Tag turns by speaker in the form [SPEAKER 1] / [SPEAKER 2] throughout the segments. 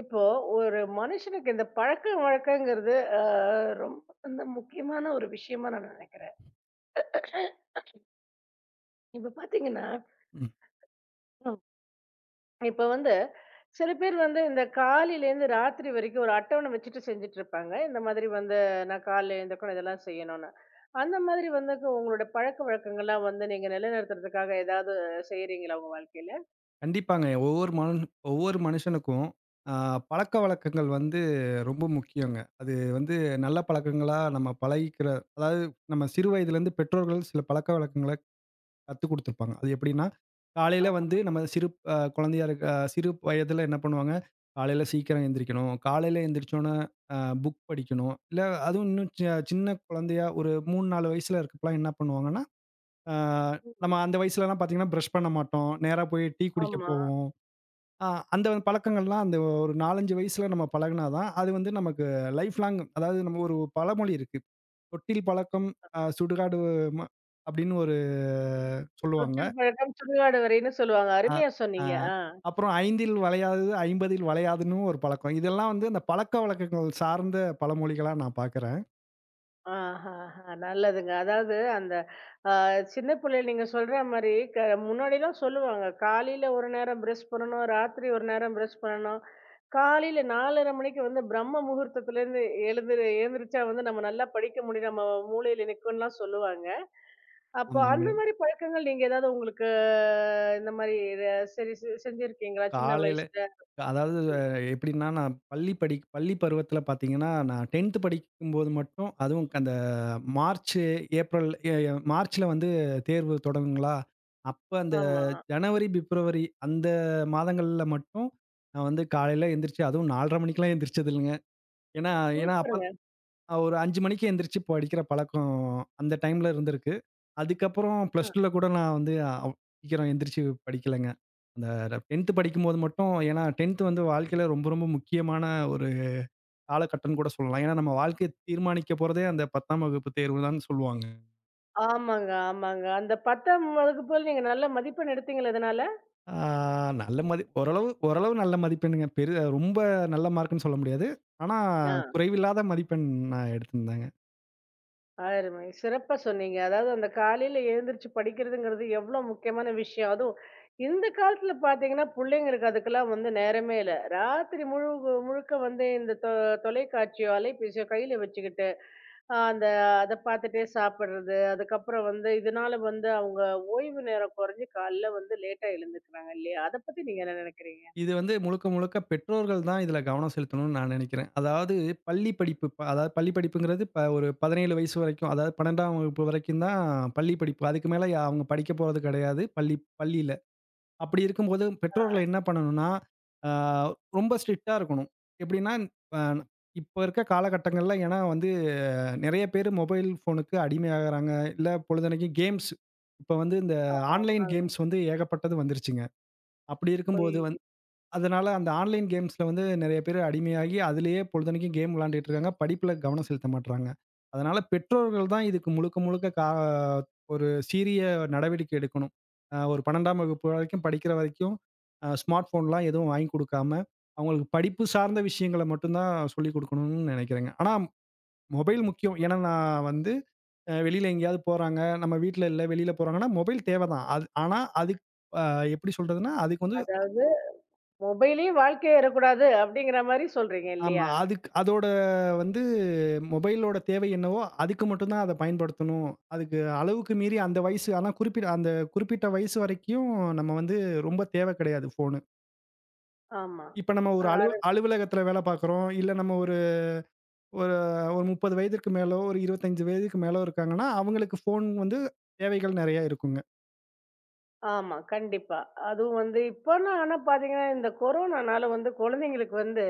[SPEAKER 1] இப்போ ஒரு மனுஷனுக்கு இந்த பழக்க வழக்கங்கிறது ரொம்ப வந்து முக்கியமான ஒரு விஷயமா நான் நினைக்கிறேன். இப்ப பாத்தீங்கன்னா
[SPEAKER 2] ம்.
[SPEAKER 1] ம், இப்ப வந்து சில பேர் வந்து இந்த காலையில இருந்து ராத்திரி வரைக்கும் ஒரு அட்டவணை வச்சுட்டு செஞ்சுட்டு இருப்பாங்க இந்த மாதிரி வந்து நான் காலையில எழுந்தக்கணும் இதெல்லாம் செய்யணும்னு. அந்த மாதிரி வந்து உங்களோட பழக்க வழக்கங்கள்லாம் வந்து நீங்க நிலைநிறுத்துறதுக்காக ஏதாவது செய்யறீங்களா உங்க வாழ்க்கையில?
[SPEAKER 2] கண்டிப்பாங்க. ஒவ்வொரு மனுஷனுக்கும் அ பழக்கவழக்கங்கள் வந்து ரொம்ப முக்கியங்க. அது வந்து நல்ல பழக்கங்களா நம்ம பழகிக்கிற அதாவது நம்ம சிறு வயதிலேருந்து பெற்றோர்கள் சில பழக்கவழக்கங்கள கத்துக் குடுத்துருப்பாங்க. அது எப்படின்னா, காலையில
[SPEAKER 1] ஆமா,
[SPEAKER 2] வந்து நம்ம சிறு குழந்தையா இருக்க சிறு வயதில என்ன பண்ணுவாங்க, காலையில சீக்கிரம் எந்திரிக்கணும். காலையில எந்திரிச்சோனே அ புக் படிக்கணும். இல்ல அதுவும் இன்னும் சி சின்ன குழந்தையா ஒரு 3, 4 வயசுல இருக்கப்பலாம் என்ன பண்ணுவாங்கன்னா, ஆ, நம்ம அந்த வயசுலலாம் பார்த்தீங்கன்னா, பிரஷ் பண்ண மாட்டோம். நேரா போய் டீ குடிக்க
[SPEAKER 1] ஆமா,
[SPEAKER 2] போவோம். அ அந்த பழக்கங்கள்லாம் அந்த ஒரு 4, 5 வயசுல நம்ம பழகுனா தான், அது வந்து நமக்கு லைஃப் லாங் அதாவது நம்ம ஒரு பழமொழி இருக்கு. "தொட்டில் பழக்கம் சுடுகாடு ம" அப்படின்னு ஒரு சொல்லுவாங்க.
[SPEAKER 1] தொட்டில் பழக்கம் சுடுகாடு வரைன்னு சொல்லுவாங்க,
[SPEAKER 2] அ
[SPEAKER 1] அருமையா
[SPEAKER 2] அ
[SPEAKER 1] சொன்னீங்க.
[SPEAKER 2] அப்புறம் "ஐந்தில் வளையாதது, 50ல் வளையாதுன்னு" ஒரு பழக்கம். இதெல்லாம் வந்து அந்த பழக்கவழக்கங்கள் சார்ந்த பழமொழிகளா நான் பார்க்குறேன்.
[SPEAKER 1] ஆஹாஹா! நல்லதுங்க. அதாவது அந்த அ சின்ன பிள்ளைல நீங்க சொல்ற மாரி முன்னாடிலாம் சொல்லுவாங்க. காலையில ஒரு நேரம் பிரஷ் பண்ணணும், ராத்திரி ஒரு நேரம் பிரஷ் பண்ணணும். காலையில 4:30 மணிக்கு வந்து பிரம்ம முகூர்த்தத்துலேருந்து எழுந்து எழுந்திரிச்சா வந்து நம்ம நல்லா படிக்க முடியும், நம்ம மூளையில நிக்கும்லாம் சொல்லுவாங்க. அப்போ அந்த
[SPEAKER 2] ஆமாங்க.
[SPEAKER 1] மாரி பழக்கங்கள் நீங்க ஏதாவது உங்களுக்கு இந்த மாரி ர சரி செஞ்சிருக்கீங்களா? சின்ன
[SPEAKER 2] காலையில
[SPEAKER 1] வயசுல?
[SPEAKER 2] அதாவது
[SPEAKER 1] சொல்லி
[SPEAKER 2] எப்படின்னா, நான் பள்ளி பருவத்தில பார்த்தீங்கன்னா, நான் 10த் படிக்கும்போது மட்டும் அதுவும் அந்த மார்ச், ஏப்ரல் எ மார்ச்ல வந்து தேர்வு தொடங்குங்களா, அப்ப அந்த
[SPEAKER 1] ஆமா.
[SPEAKER 2] ஜனவரி, பிப்ரவரி அந்த மாதங்கள்ல மட்டும் நான் வந்து காலையில எந்திரிச்சு அதுவும் 4:30 மணிக்கெல்லாம் எந்திரிச்சது இல்லங்க. ஏன்னா ஏன்னா அப்ப
[SPEAKER 1] சூப்பருங்க.
[SPEAKER 2] ஒரு 5:00 மணிக்கு எந்திரிச்சு படிக்கிற பழக்கம் அந்த டைம்ல இருந்திருக்கு. அதுக்கப்புறம் பிளஸ் 2ல கூட நான் வந்து அவ் சீக்கிரம் எந்திரிச்சு படிக்கலங்க. அந்த 10த் படிக்கும்போது மட்டும் ஏன்னா 10த் வந்து வாழ்க்கையில ரொம்ப, ரொம்ப முக்கியமான ஒரு காலகட்டம்னு கூட சொல்லலாம். ஏன்னா நம்ம வாழ்க்கைய தீர்மானிக்க போறதே அந்த 10ஆம் வகுப்பு தேர்வு தான்னு சொல்லுவாங்க.
[SPEAKER 1] ஆமாங்க, ஆமாங்க. அந்த 10ஆம் வகுப்பு போல நீங்க நல்ல மதிப்பெண் எடுத்தீங்களா இதனால?
[SPEAKER 2] ஆ நல்ல மதி ஓரளவு ஓரளவு நல்ல மதிப்பெண்ணுங்க. பெரிய ரொம்ப நல்ல மார்க்குன்னு சொல்ல முடியாது. ஆனா
[SPEAKER 1] ஆ,
[SPEAKER 2] குறைவில்லாத மதிப்பெண் நான் எடுத்திருந்தேங்க.
[SPEAKER 1] அருமை. சிறப்பா சொன்னீங்க. அதாவது அந்த காலையில எழுந்திரிச்சு படிக்கிறதுங்கிறது எவ்ளோ முக்கியமான விஷயம். அதுவும் இந்த காலத்துல பார்த்தீங்கன்னா, புள்ளைங்களுக்கு அதுக்கெல்லாம் வந்து நேரமே இல்ல. ராத்திரி முழுக்க வந்து இந்த தொலைக்காட்சியோ, அலைபேசியோ கையில வச்சுக்கிட்டு, அந்த அத பார்த்துட்டே சாப்பிடுறது, அதுக்கப்புறம் வந்து இதனால வந்து அவங்க ஓய்வு நேரம் குறைஞ்சு காலைல வந்து லேட்டா எழுந்துக்கிறாங்க இல்லையா? அத பத்தி நீங்க என்ன நினைக்கிறீங்க?
[SPEAKER 2] இது வந்து முழுக்க, முழுக்க பெற்றோர்கள் தான் இதுல கவனம் செலுத்தணும்னு நான் நினைக்கிறேன். அதாவது பள்ளி படிப்பு ப அதாவது பள்ளி படிப்புங்கிறது இப்ப ஒரு 17 வயசு வரைக்கும், அதாவது 12ஆம் வகுப்பு வரைக்கும் தான் பள்ளி படிப்பு. அதுக்கு மேல அவங்க படிக்க போறது கிடையாது, பள்ளியில. அப்படி இருக்கும்போது பெற்றோர்கள் என்ன பண்ணணும்னா, ஆ ரொம்ப ஸ்ட்ரிக்ட்டா இருக்கணும். எப்படின்னா, அ இப்ப இருக்க காலகட்டங்கள்ல ஏன்னா வந்து நெறைய பேரு மொபைல் ஃபோனுக்கு அடிமையாகுறாங்க. இல்ல பொழுதன்னைக்கு கேம்ஸ். இப்ப வந்து இந்த ஆன்லைன்
[SPEAKER 1] ஆமாங்க.
[SPEAKER 2] கேம்ஸ் வந்து ஏகப்பட்டது வந்துருச்சுங்க. அப்படி
[SPEAKER 1] பொய்
[SPEAKER 2] இருக்கும்போது அதனால அந்த ஆன்லைன் கேம்ஸ்ல வந்து நெறைய பேரு அடிமையாகி, அதிலேயே பொழுதன்னைக்கும் கேம் விளையாண்டுட்டு இருக்காங்க. படிப்புல கவனம் செலுத்த மாட்றாங்க. அதனால பெற்றோர்கள் தான் இதுக்கு முழுக்க, முழுக்க ஒரு சீரிய நடவடிக்கை எடுக்கணும். ஒரு 12ஆம் வகுப்பு வரைக்கும் படிக்கிற வரைக்கும் ஸ்மார்ட் ஃபோன்லாம் எதுவும் வாங்கி குடுக்காம, அவங்களுக்கு படிப்பு சார்ந்த விஷயங்கள மட்டும் தான் சொல்லிக் குடுக்கணும்னு நெனைக்கிறேங்க. ஆனா மொபைல் முக்கியம். ஏன்னா நான் வந்து வெளியில எங்கேயாவது போறாங்க, நம்ம வீட்ல இல்ல, வெளியில போறாங்கன்னா மொபைல் தேவ தான். அது ஆனா அதுக் அ எப்படி சொல்றதுன்னா, அதுக்கு வந்து
[SPEAKER 1] அதாவது மொபைலயும் வாழ்க்கையாயிறக்கூடாது அப்படிங்கிற மாரி சொல்றீங்க
[SPEAKER 2] ஆமா.
[SPEAKER 1] இல்லையா?
[SPEAKER 2] அதுக்கு அதோட வந்து மொபைலோட தேவை என்னவோ, அதுக்கு மட்டும் தான் அத பயன்படுத்தணும். அதுக்கு அளவுக்கு மீறி அந்த வயசு ஆனா அந்த குறிப்பிட்ட வயசு வரைக்கும் நம்ம வந்து ரொம்ப தேவை கிடையாது ஃபோனு.
[SPEAKER 1] ஆமா.
[SPEAKER 2] இப்ப நம்ம ஒரு
[SPEAKER 1] அது
[SPEAKER 2] அலுவலகத்தில வேலை பார்க்குறோம். இல்ல நம்ம ஒரு ஒரு ஒரு 30 வயதிற்கு மேலோ, ஒரு 25 வயதுக்கு மேலோ இருக்காங்கன்னா, அவங்களுக்கு ஃபோன் வந்து தேவைகள் நெறைய இருக்குங்க.
[SPEAKER 1] ஆமா, கண்டிப்பா. அதுவும் வந்து இப்பன்னா ஆனா பார்த்தீங்கன்னா, இந்த கொரோனானால வந்து குழந்தைங்களுக்கு வந்து,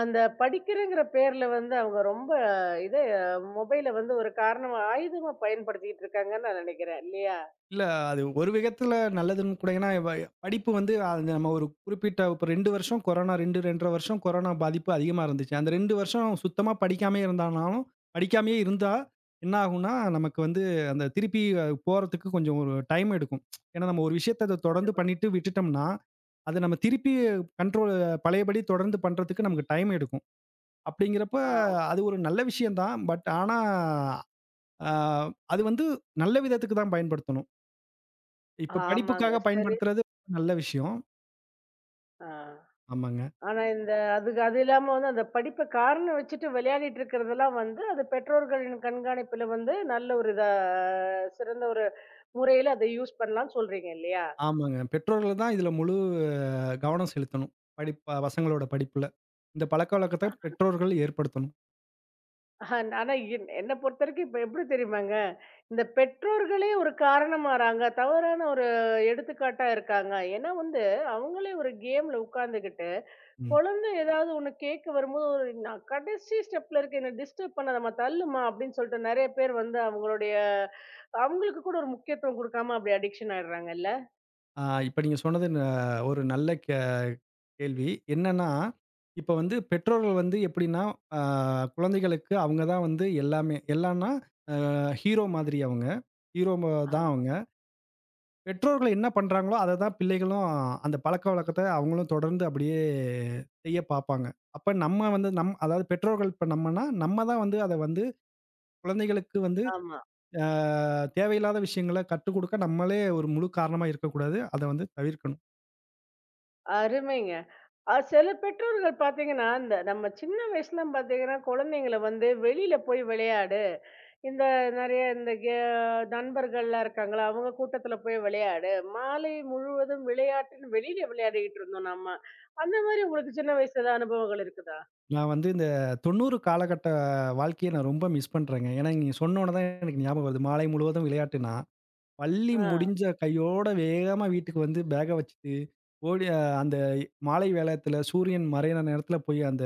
[SPEAKER 1] அந்த படிக்கிறங்கிற பேர்ல வந்து அவங்க ரொம்ப இத மொபைல வந்து ஒரு காரணமா ஆயுதமா பயன்படுத்திக்கிட்டு இருக்காங்கன்னு நான் நெனைக்கிறேன். இல்லையா?
[SPEAKER 2] இல்ல. அது ஒரு விதத்துல நல்லதுன்னு கூட ஏன்னா, படிப்பு வந்து அது நம்ம ஒரு குறிப்பிட்ட இப்ப 2 வருஷம் கொரோனா 2, 2 1/2 வருஷம் கொரோனா பாதிப்பு அதிகமா இருந்துச்சு. அந்த 2 வருஷம் சுத்தமா படிக்காமயே இருந்தா என்ன ஆகும்னா, நமக்கு வந்து அந்த திருப்பி போறதுக்கு கொஞ்சம் ஒரு டைம் எடுக்கும். ஏன்னா, நம்ம ஒரு விஷயத்த அத தொடர்ந்து பண்ணிட்டு விட்டுட்டோம்னா, அத நம்ம திருப்பி கண்ட்ரோல் பழையபடி தொடர்ந்து பண்றதுக்கு நமக்கு டைம் எடுக்கும். அப்படிங்கிறப்ப
[SPEAKER 1] ஆம்.
[SPEAKER 2] அது ஒரு நல்ல விஷயம் தான். பட் ஆனா, அ அது வந்து நல்ல விதத்துக்கு தான் பயன்படுத்தணும். இப்ப படிப்புக்காக
[SPEAKER 1] ஆமாங்க. சரி.
[SPEAKER 2] பயன்படுத்துறது நல்ல விஷயம்.
[SPEAKER 1] ஆ.
[SPEAKER 2] ஆமாங்க,
[SPEAKER 1] ஆனா இந்த அதுக்கு அது இல்லாம வந்து அந்த படிப்ப காரணம் வச்சுட்டு விளையாடிட்டு இருக்கிறதெல்லாம் வந்து, அது பெற்றோர்களின் கண்காணிப்புல வந்து நல்ல ஒரு இதா சிறந்த ஒரு முறையில அத யூஸ் பண்ணலாம்னு சொல்றீங்க இல்லையா?
[SPEAKER 2] ஆமாங்க. பெற்றோர்கள் தான் இதுல முழு கவனம் செலுத்தணும். படிப்ப பசங்களோட படிப்புல. இந்த பழக்கவழக்கத்த பெற்றோர்கள் ஏற்படுத்தணும்.
[SPEAKER 1] ஆனா என்ன பொறுத்தவரைக்கும் இப்ப எப்படி தெரியுமாங்க, இந்த பெற்றோர்களே ஒரு காரணமாறாங்க. தவறான ஒரு எடுத்துக்காட்டா இருக்காங்க. ஏன்னா வந்து, அவங்களே ஒரு கேம்ல உட்கார்ந்துகிட்டு,
[SPEAKER 2] ம்.
[SPEAKER 1] குழந்தை ஏதாவது ஒண்ணு கேட்க வரும்போது, ஒரு நான் கடைசி ஸ்டெப்ல இருக்கேன். என்ன டிஸ்டர்ப் பண்ணாதம்மா, தள்ளுமா அப்படின்னு சொல்லிட்டு நெறைய பேர் வந்து அவங்களுடைய அவங்களுக்கு கூட ஒரு முக்கியத்துவம் குடுக்காம அப்படி அடிக்ஷன் ஆயிடுறாங்கல்ல?
[SPEAKER 2] இப்ப நீங்க சொன்னது ஒரு நல்ல கேள்வி. என்னன்னா, இப்ப வந்து பெற்றோர்கள் வந்து எப்படின்னா, ஆ குழந்தைகளுக்கு அவங்க தான் வந்து எல்லாமே. எல்லான்னா, ஹீரோ மாதிரி அவங்க. ஹீரோ ம தான்
[SPEAKER 1] ஆமா,
[SPEAKER 2] அவங்க. பெற்றோர்கள் என்ன பண்றாங்களோ, அத தான் பிள்ளைகளும் அந்த பழக்கவழக்கத்த அவங்களும் தொடர்ந்து அப்படியே செய்ய பார்ப்பாங்க. அப்ப நம்ம வந்து அதாவது பெற்றோர்கள் இப்ப நம்மனா, நம்ம தான் வந்து அத வந்து குழந்தைகளுக்கு வந்து
[SPEAKER 1] ஆமா.
[SPEAKER 2] அ தேவையில்லாத விஷயங்கள கத்துக் குடுக்க நம்மளே ஒரு முழு காரணமா இருக்கக்கூடாது. அத வந்து தவிர்க்கணும்.
[SPEAKER 1] அருமைங்க. சில பெற்றோர்கள் பார்த்தீங்கன்னா, இந்த நம்ம சின்ன வயசுலாம் பார்த்தீங்கன்னா, குழந்தைங்கள வந்து வெளியில போய் விளையாடு. இந்த நெறைய இந்த நண்பர்கள்லாம் இருக்காங்களா, அவங்க கூட்டத்துல போய் விளையாடு. மாலை முழுவதும் விளையாட்டுன்னு வெளியில விளையாடிட்டு இருந்தோம் நம்ம. அந்த மாரி உங்களுக்கு சின்ன வயசுல ஏதாவது அனுபவங்கள் இருக்குதா?
[SPEAKER 2] நான் வந்து இந்த 90 காலகட்ட வாழ்க்கைய நான் ரொம்ப மிஸ் பண்றேங்க. ஏன்னா, நீங்க சொன்னோன தான் எனக்கு ஞாபகம் வருது. மாலை முழுவதும் விளையாட்டுனா. பள்ளி
[SPEAKER 1] ஆ.
[SPEAKER 2] முடிஞ்ச கையோட வேகமா வீட்டுக்கு வந்து பேக்க வச்சுட்டு, ஓடி அந்த மாலை வேளையத்துல சூரியன் மறையிற நேரத்துல போய் அந்த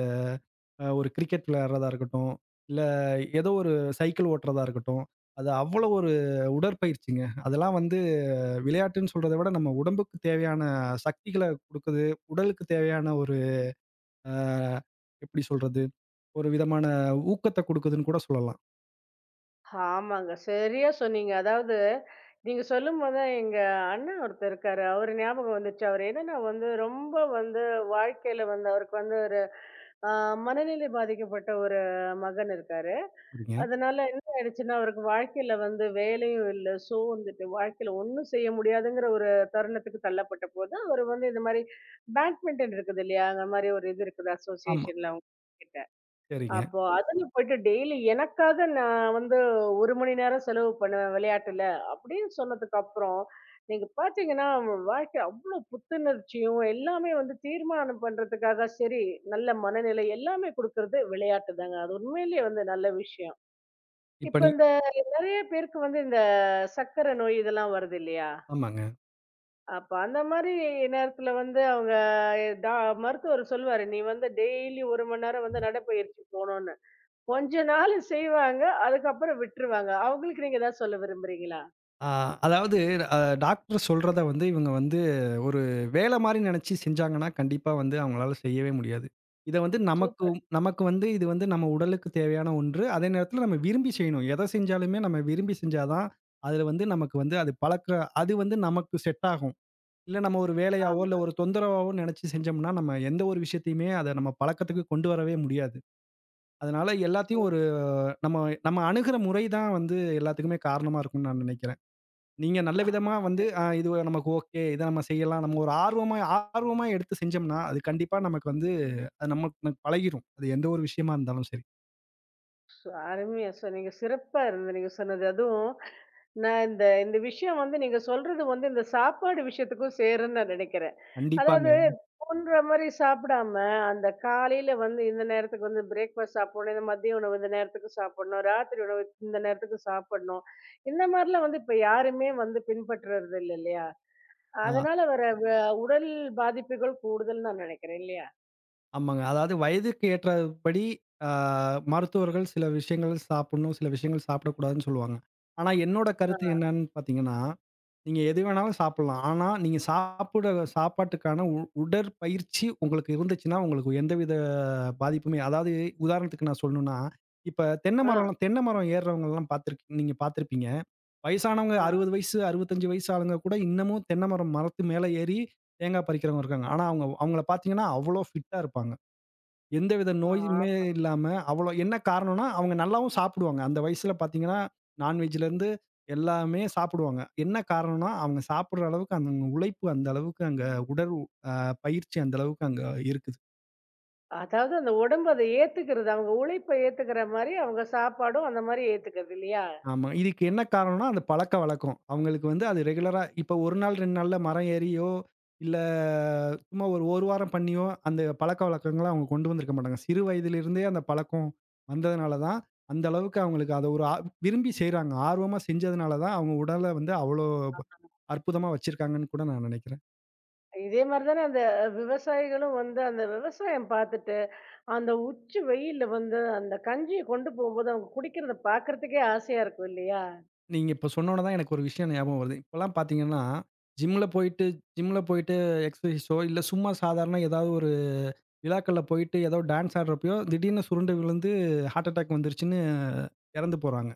[SPEAKER 2] ஒரு கிரிக்கெட் விளையாடுறதா இருக்கட்டும், இல்ல ஏதோ ஒரு சைக்கிள் ஓட்டுறதா இருக்கட்டும், அது அவ்வளோ ஒரு உடற்பயிற்சிங்க. அதெல்லாம் வந்து விளையாட்டுன்னு சொல்றத விட நம்ம உடம்புக்கு தேவையான சக்திகள குடுக்குது. உடலுக்கு தேவையான ஒரு அ எப்படி சொல்றது? ஒரு விதமான ஊக்கத்த குடுக்குதுன்னு கூட சொல்லலாம்.
[SPEAKER 1] ஆமாங்க. சரியா சொன்னீங்க. அதாவது நீங்க சொல்லும்போது தான் எங்க அண்ணன் ஒருத்தர் இருக்காரு. அவரு ஞாபகம் வந்துச்சு. அவரு என்னன்னா வந்து ரொம்ப வந்து வாழ்க்கையில வந்து அவருக்கு வந்து ஒரு அ மனநிலை பாதிக்கப்பட்ட ஒரு மகன் இருக்காரு.
[SPEAKER 2] சரிங்க.
[SPEAKER 1] அதனால என்ன ஆயிடுச்சுன்னா, அவருக்கு வாழ்க்கையில வந்து வேலையும் இல்ல. சோர்ந்துட்டு வாழ்க்கையில ஒண்ணும் செய்ய முடியாதுங்கிற ஒரு தருணத்துக்கு தள்ளப்பட்ட போது, அவரு வந்து இந்த மாரி பேட்மிண்டன் இருக்குது இல்லையா? அந்த மாரி ஒரு இது இருக்குது
[SPEAKER 2] ஆமா.
[SPEAKER 1] அசோசியேஷன்ல அவங்ககிட்ட.
[SPEAKER 2] சரிங்க.
[SPEAKER 1] அப்போ அதுல போயிட்டு டெய்லி எனக்காக நான் வந்து 1 மணி நேரம் செலவு பண்ணுவேன் விளையாட்டுல, அப்படின்னு சொன்னதுக்கு அப்புறம், நீங்க பார்த்தீங்கன்னா வாழ்க்கை அவ்ளோ புத்துணர்ச்சியும், எல்லாமே வந்து தீர்மானம் பண்றதுக்காக சரி, நல்ல மனநிலை எல்லாமே குடுக்கறது விளையாட்டு தாங்க. அது உண்மையிலேயே வந்து நல்ல விஷயம்.
[SPEAKER 2] இப்ப
[SPEAKER 1] இப்ப இந்த நெறைய பேருக்கு வந்து இந்த சர்க்கரை நோய் இதெல்லாம் வருது இல்லையா?
[SPEAKER 2] ஆமாங்க.
[SPEAKER 1] அப்ப அந்த மாரி நேரத்துல வந்து அவங்க டா மருத்துவர் சொல்லுவாரு, "நீ வந்து டெய்லி 1 மணி நேரம் வந்து நடைப்பயிற்சி போணும்னு." கொஞ்ச நாள் செய்வாங்க. அதுக்கப்புறம் விட்டுருவாங்க. அவங்களுக்கு நீங்க ஏதாவது சொல்ல விரும்புறீங்களா?
[SPEAKER 2] ஆ, அதாவது அ டாக்டர் சொல்றத வந்து இவங்க வந்து ஒரு வேலை மாரி நெனச்சு செஞ்சாங்கன்னா, கண்டிப்பா வந்து அவங்களால செய்யவே முடியாது. இத வந்து நமக்கு
[SPEAKER 1] சூப்பர்.
[SPEAKER 2] நமக்கு வந்து இது வந்து நம்ம உடலுக்கு தேவையான ஒன்று. அதே நேரத்தில நம்ம விரும்பி செய்யணும். எத செஞ்சாலுமே நம்ம விரும்பி செஞ்சா தான், அதுல வந்து நமக்கு வந்து அது வந்து நமக்கு செட் ஆகும். இல்ல நம்ம ஒரு வேலையாவோ, இல்ல
[SPEAKER 1] ஆமா.
[SPEAKER 2] ஒரு தொந்தரவாவோ நெனச்சு செஞ்சோம்னா, நம்ம எந்த ஒரு விஷயத்தையுமே அத நம்ம பழக்கத்துக்கு கொண்டு வரவே முடியாது. அதனால எல்லாத்தையும்
[SPEAKER 1] சூப்
[SPEAKER 2] ஒரு நம்ம நம்ம அணுகுற முறை தான் வந்து எல்லாத்துக்குமே காரணமா இருக்கும்னு நான் நெனைக்கிறேன். நீங்க நல்ல
[SPEAKER 1] ஆஹ்,
[SPEAKER 2] விதமா வந்து, இது நமக்கு ஓகே. இத நம்ம செய்யலாம். நம்ம ஒரு ஆர்வமா ஆர்வமா எடுத்து செஞ்சோம்னா, அது கண்டிப்பா நமக்கு வந்து அது நமக்கு நமக்கு பழகிரும். அது எந்த ஒரு விஷயமா இருந்தாலும் சரி.
[SPEAKER 1] அருமையா சொன்னீங்க. சிறப்பா இருந்தது நீங்க சொன்னது. அதுவும் நான் இந்த இந்த விஷயம் வந்து நீங்க சொல்றது வந்து இந்த சாப்பாடு விஷயத்துக்கும் சேரும்ன்னு நான் நினைக்கிறேன். அதாவது
[SPEAKER 2] கண்டிப்பாங்க.
[SPEAKER 1] தோன்ற மாரி சாப்பிடாம, அந்த காலையில வந்து இந்த நேரத்துக்கு வந்து பிரேக்ஃபாஸ்ட் சாப்பிடணும், இந்த மதிய உணவு இந்த நேரத்துக்கு சாப்பிடணும், ராத்திரி உணவு இந்த நேரத்துக்கு சாப்பிடணும். இந்த மாரிலாம் வந்து இப்ப யாருமே வந்து பின்பற்றுறது இல்ல இல்லையா?
[SPEAKER 2] ஆ.
[SPEAKER 1] அதனால வர உடல் பாதிப்புகள் கூடுதல்ன்னு நான் நினைக்கிறேன் இல்லையா?
[SPEAKER 2] ஆமாங்க. அதாவது வயதுக்கு ஏற்றபடி அ மருத்துவர்கள் சில விஷயங்கள் சாப்பிடணும், சில விஷயங்கள் சாப்பிடக்கூடாதுன்னு சொல்லுவாங்க. ஆனா, என்னோட
[SPEAKER 1] ஆ,
[SPEAKER 2] கருத்து என்னன்னு பார்த்தீங்கன்னா, நீங்க எது வேணாலும் சாப்பிடலாம். ஆனா, நீங்க சாப்பிட சாப்பாட்டுக்கான உ உடற்பயிற்சி உங்களுக்கு இருந்துச்சுன்னா, உங்களுக்கு எந்தவித பாதிப்புமே அதாவது உதாரணத்துக்கு நான் சொல்லணும்னா, இப்ப
[SPEAKER 1] ஆ,
[SPEAKER 2] தென்னை மரம் ஏறுறவங்கலாம் நீங்க பார்த்துருப்பீங்க. வயசானவங்க
[SPEAKER 1] ஆ,
[SPEAKER 2] 60 வயசு, 65 வயசு ஆளுங்க கூட இன்னமும் தென்னை மரத்து மேல ஏறி தேங்காய் பறிக்கிறவங்க இருக்காங்க. ஆனா, அவங்க பார்த்தீங்கன்னா, அவ்வளோ ஃபிட்டா இருப்பாங்க. எந்தவித நோயுமே
[SPEAKER 1] ஆ.
[SPEAKER 2] இல்லாம, அவ்வளோ என்ன காரணம்னா, அவங்க நல்லாவும் சாப்பிடுவாங்க. அந்த வயசுல பார்த்தீங்கன்னா, நான்வெஜ்லேருந்து எல்லாமே சாப்பிடுவாங்க. என்ன காரணம்னா, அவங்க சாப்பிடுற அளவுக்கு அந்த உழைப்பு அந்த அளவுக்கு அங்க உடல் அ பயிற்சி அந்த அளவுக்கு அங்க இருக்குது.
[SPEAKER 1] அதாவது அந்த உடம்பு அத ஏத்துக்கிறது. அவங்க உழைப்ப ஏத்துக்கிற மாரி அவங்க சாப்பாடும் அந்த மாரி ஏத்துக்கிறது இல்லையா?
[SPEAKER 2] ஆமா. இதுக்கு என்ன காரணம்னா, அந்த பழக்கவழக்கம். அவங்களுக்கு வந்து அது ரெகுலரா இப்ப 1 நாள், 2 நாள்ல மரம் ஏறியோ, இல்ல சும்மா ஒரு 1 வாரம் பண்ணியோ, அந்த பழக்கவழக்கங்கள அவங்க கொண்டு வந்திருக்க மாட்டாங்க. சிறு வயதிலிருந்தே அந்த பழக்கம் வந்ததுனால தான், அந்த அளவுக்கு அவங்களுக்கு அத ஒரு விரும்பி செய்றாங்க. ஆர்வமா செஞ்சதுனால தான், அவங்க உடல வந்து அவ்ளோ அற்புதமா வச்சிருக்காங்கன்னு கூட நான் நெனைக்கிறேன்.
[SPEAKER 1] இதே மாரி தானே அந்த விவசாயிகளும் வந்து அந்த விவசாயம் பார்த்துட்டு, அந்த உச்சி வெயில்ல வந்து அந்த கஞ்சிய கொண்டு போம்போது அவங்க குடிக்கிறத பார்க்கறதுக்கே ஆசையா இருக்கும் இல்லையா?
[SPEAKER 2] நீங்க இப்ப சொன்னோன தான் எனக்கு ஒரு விஷயம் ஞாபகம் வருது. இப்பலாம் பார்த்தீங்கன்னா, ஜிம்ல போயிட்டு ஜிம்ல போயிட்டு எக்ஸர்சைஸோ, இல்ல சும்மா சாதாரண ஏதாவது ஒரு விழாக்கள்ல போயிட்டு ஏதோ டான்ஸ் ஆடுறப்பயோ, திடீர்னு சுருண்டு விழுந்து ஹார்ட் அட்டாக் வந்துருச்சுன்னு இறந்து போறாங்க.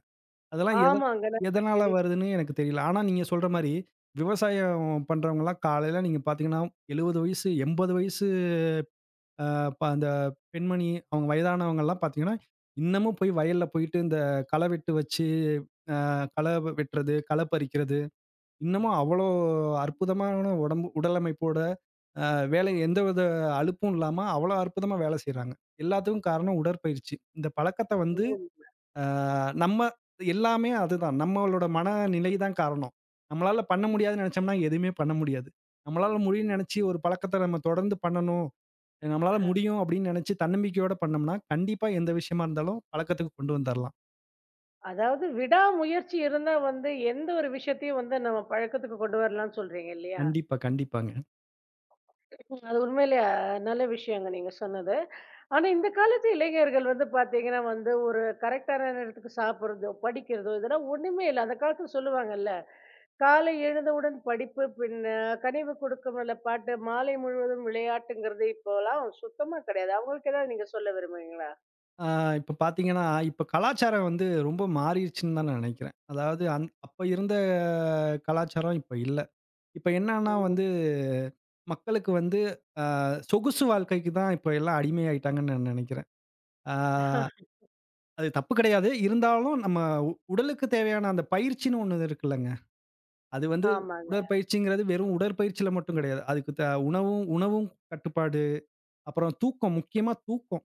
[SPEAKER 2] அதெல்லாம் எத
[SPEAKER 1] ஆமாங்க. நல்ல
[SPEAKER 2] எதனால
[SPEAKER 1] செய்தி.
[SPEAKER 2] வருதுன்னு எனக்கு தெரியல. ஆனா நீங்க சொல்ற மாரி, விவசாயம் பண்றவங்கலாம் காலையில நீங்க பார்த்தீங்கன்னா, 70 வயசு, 80 வயசு அ ப அந்த பெண்மணி, அவங்க வயதானவங்கலாம் பார்த்தீங்கன்னா, இன்னமும் போய் வயல்ல போயிட்டு இந்த களை வெட்டு வச்சு, களை வெட்டுறது, களை பறிக்கிறது. இன்னமும் அவ்வளோ அற்புதமான உடம்பு உடலமைப்போட வேலை எந்தவித அலுப்பும் இல்லாம அவ்வளோ அற்புதமா வேலை செய்றாங்க. எல்லாத்துக்கும் காரணம் உடற்பயிற்சி. இந்த பழக்கத்த வந்து அ நம்ம எல்லாமே அதுதான். நம்மளோட மனநிலை தான் காரணம். நம்மளால பண்ண முடியாதுன்னு நெனச்சோம்னா எதுவுமே பண்ண முடியாது. நம்மளால முடியும்ன்னு நெனச்சு ஒரு பழக்கத்த நம்ம தொடர்ந்து பண்ணணும். நம்மளால
[SPEAKER 1] அஹ்,
[SPEAKER 2] முடியும் அப்படின்னு நெனச்சு தன்னம்பிக்கையோட பண்ணோம்னா, கண்டிப்பா எந்த விஷயமா இருந்தாலும் பழக்கத்துக்கு கொண்டு வந்துரலாம்.
[SPEAKER 1] அதாவது விடாமுயற்சி இருந்தா வந்து எந்த ஒரு விஷயத்தையும் வந்து நம்ம பழக்கத்துக்கு கொண்டு வரலாம்னு சொல்றீங்க இல்லையா?
[SPEAKER 2] கண்டிப்பா, கண்டிப்பாங்க.
[SPEAKER 1] ம். அது உண்மையிலேயே நல்ல விஷயங்க நீங்க சொன்னது. ஆனா, இந்த காலத்து இளைஞர்கள் வந்து பார்த்தீங்கன்னா வந்து, ஒரு கரெக்ட்டான நேரத்துக்கு சாப்பிடுறதோ, படிக்கிறதோ இதெல்லாம் ஒண்ணுமே இல்ல. அந்த காலத்துல சொல்லுவாங்கல்ல, "காலை எழுந்தவுடன் படிப்பு, பின்ன கனிவு கொடுக்கும் நல்ல பாட்டு, மாலை முழுவதும் விளையாட்டுங்கிறது" இப்போலாம் சுத்தமா கிடையாது. அவங்களுக்கு ஏதாவது நீங்க சொல்ல விரும்புறீங்களா?
[SPEAKER 2] ஆ இப்ப பார்த்தீங்கன்னா, இப்ப கலாச்சாரம் வந்து ரொம்ப மாறிருச்சுன்னு தான் நான் நினைக்கிறேன். அதாவது அப்ப இருந்த கலாச்சாரம் இப்ப இல்ல. இப்ப என்னன்னா
[SPEAKER 1] ஓ!
[SPEAKER 2] வந்து, மக்களுக்கு வந்து அ சொகுசு வாழ்க்கைக்கு தான் இப்ப எல்லாம் அடிமையாயிட்டாங்கன்னு நான் நினைக்கிறேன். ஆ அது தப்பு கிடையாது. இருந்தாலும் நம்ம உடலுக்கு தேவையான அந்த பயிற்சின்னு ஒண்ணு இருக்குல்லங்க. அது வந்து
[SPEAKER 1] ஆமாங்க.
[SPEAKER 2] உடற்பயிற்சிங்கிறது வெறும் உடற்பயிற்சியில மட்டும் கிடையாது. அதுக்கு உணவும் உணவும் கட்டுப்பாடு, அப்புறம் தூக்கம் முக்கியமா தூக்கம்.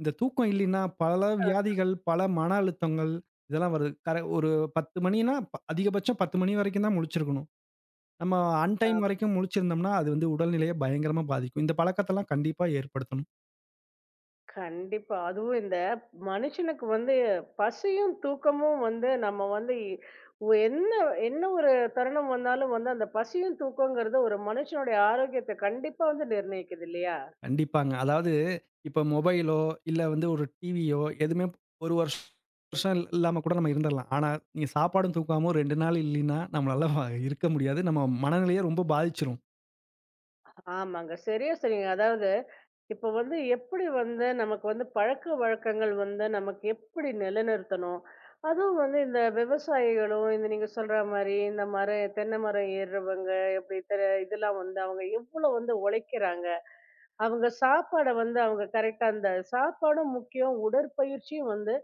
[SPEAKER 2] இந்த தூக்கம் இல்லைன்னா, பல வியாதிகள், பல மன அழுத்தங்கள் இதெல்லாம் வருது. ஒரு 10 மணின்னா அதிகபட்சம் 10 மணி வரைக்கும் தான் முழிச்சிருக்கணும். நம்ம ஆன்
[SPEAKER 1] ஆ.
[SPEAKER 2] டைம் வரைக்கும் முழிச்சிருந்தோம்னா, அது வந்து உடல்நிலைய பயங்கரமா பாதிக்கும். இந்த பழக்கத்தெல்லாம் கண்டிப்பா ஏற்படுத்தணும்.
[SPEAKER 1] கண்டிப்பா. அதுவும் இந்த மனுஷனுக்கு வந்து பசியும், தூக்கமும் வந்து நம்ம வந்து என்ன என்ன ஒரு தருணம் வந்தாலும் வந்து அந்த பசியும், தூக்கங்கிறது ஒரு மனுஷனுடைய ஆரோக்கியத்த கண்டிப்பா வந்து நிர்ணயிக்குது இல்லையா?
[SPEAKER 2] கண்டிப்பாங்க. அதாவது இப்ப மொபைலோ, இல்ல வந்து ஒரு டிவியோ எதுவுமே ஒரு வருஷம் இல்லாம கூட நம்ம இருந்துரலாம். ஆனா, நீங்க சாப்பாடும் தூக்காம 2 நாள் இல்லைன்னா, நம்மளால இருக்க முடியாது. நம்ம மனநிலைய ரொம்ப பாதிச்சிரும்.
[SPEAKER 1] ஆமாங்க. சரியா சொன்னீங்க. அதாவது இப்ப வந்து எப்படி வந்து நமக்கு வந்து பழக்க வழக்கங்கள் வந்து நமக்கு எப்படி நிலைநிறுத்தணும்? அதுவும் வந்து இந்த விவசாயிகளும், இந்த நீங்க சொல்ற மாரி இந்த மரம் தென்னை மரம் ஏறுறவங்க, எப்படி தெ இதெல்லாம் வந்து அவங்க எவ்வளோ வந்து உழைக்கிறாங்க? அவங்க சாப்பாட வந்து அவங்க கரெக்ட்டா அந்த சாப்பாடும் முக்கியம். உடற்பயிற்சியும் வந்து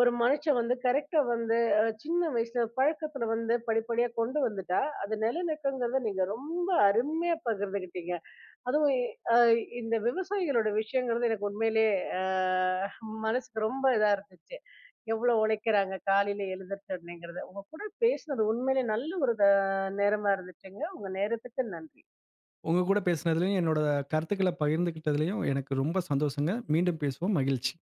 [SPEAKER 1] ஒரு மனுஷன் வந்து கரெக்ட்டா வந்து சின்ன வயசுல பழக்கத்துல வந்து படிப்படியா கொண்டு வந்துட்டா, அது நிலநிற்குங்கிறத நீங்க ரொம்ப அருமையா பகிர்ந்துக்கிட்டீங்க. அதுவும் அ இந்த விவசாயிகளோட விஷயங்கிறது எனக்கு உண்மையிலேயே அ மனசுக்கு ரொம்ப இதா இருந்துச்சு. எவ்வளோ உழைக்கிறாங்க காலையில எழுந்திரிச்ச உடனேங்கிறது. உங்க கூட பேசினது உண்மையிலேயே நல்ல ஒரு நேரமா இருந்துச்சுங்க. உங்க நேரத்துக்கு நன்றி.
[SPEAKER 2] உங்க கூட பேசினதுலயும், என்னோட கருத்துக்கள பகிர்ந்துக்கிட்டதுலயும் எனக்கு ரொம்ப சந்தோஷங்க. மீண்டும் பேசுவோம். மகிழ்ச்சி.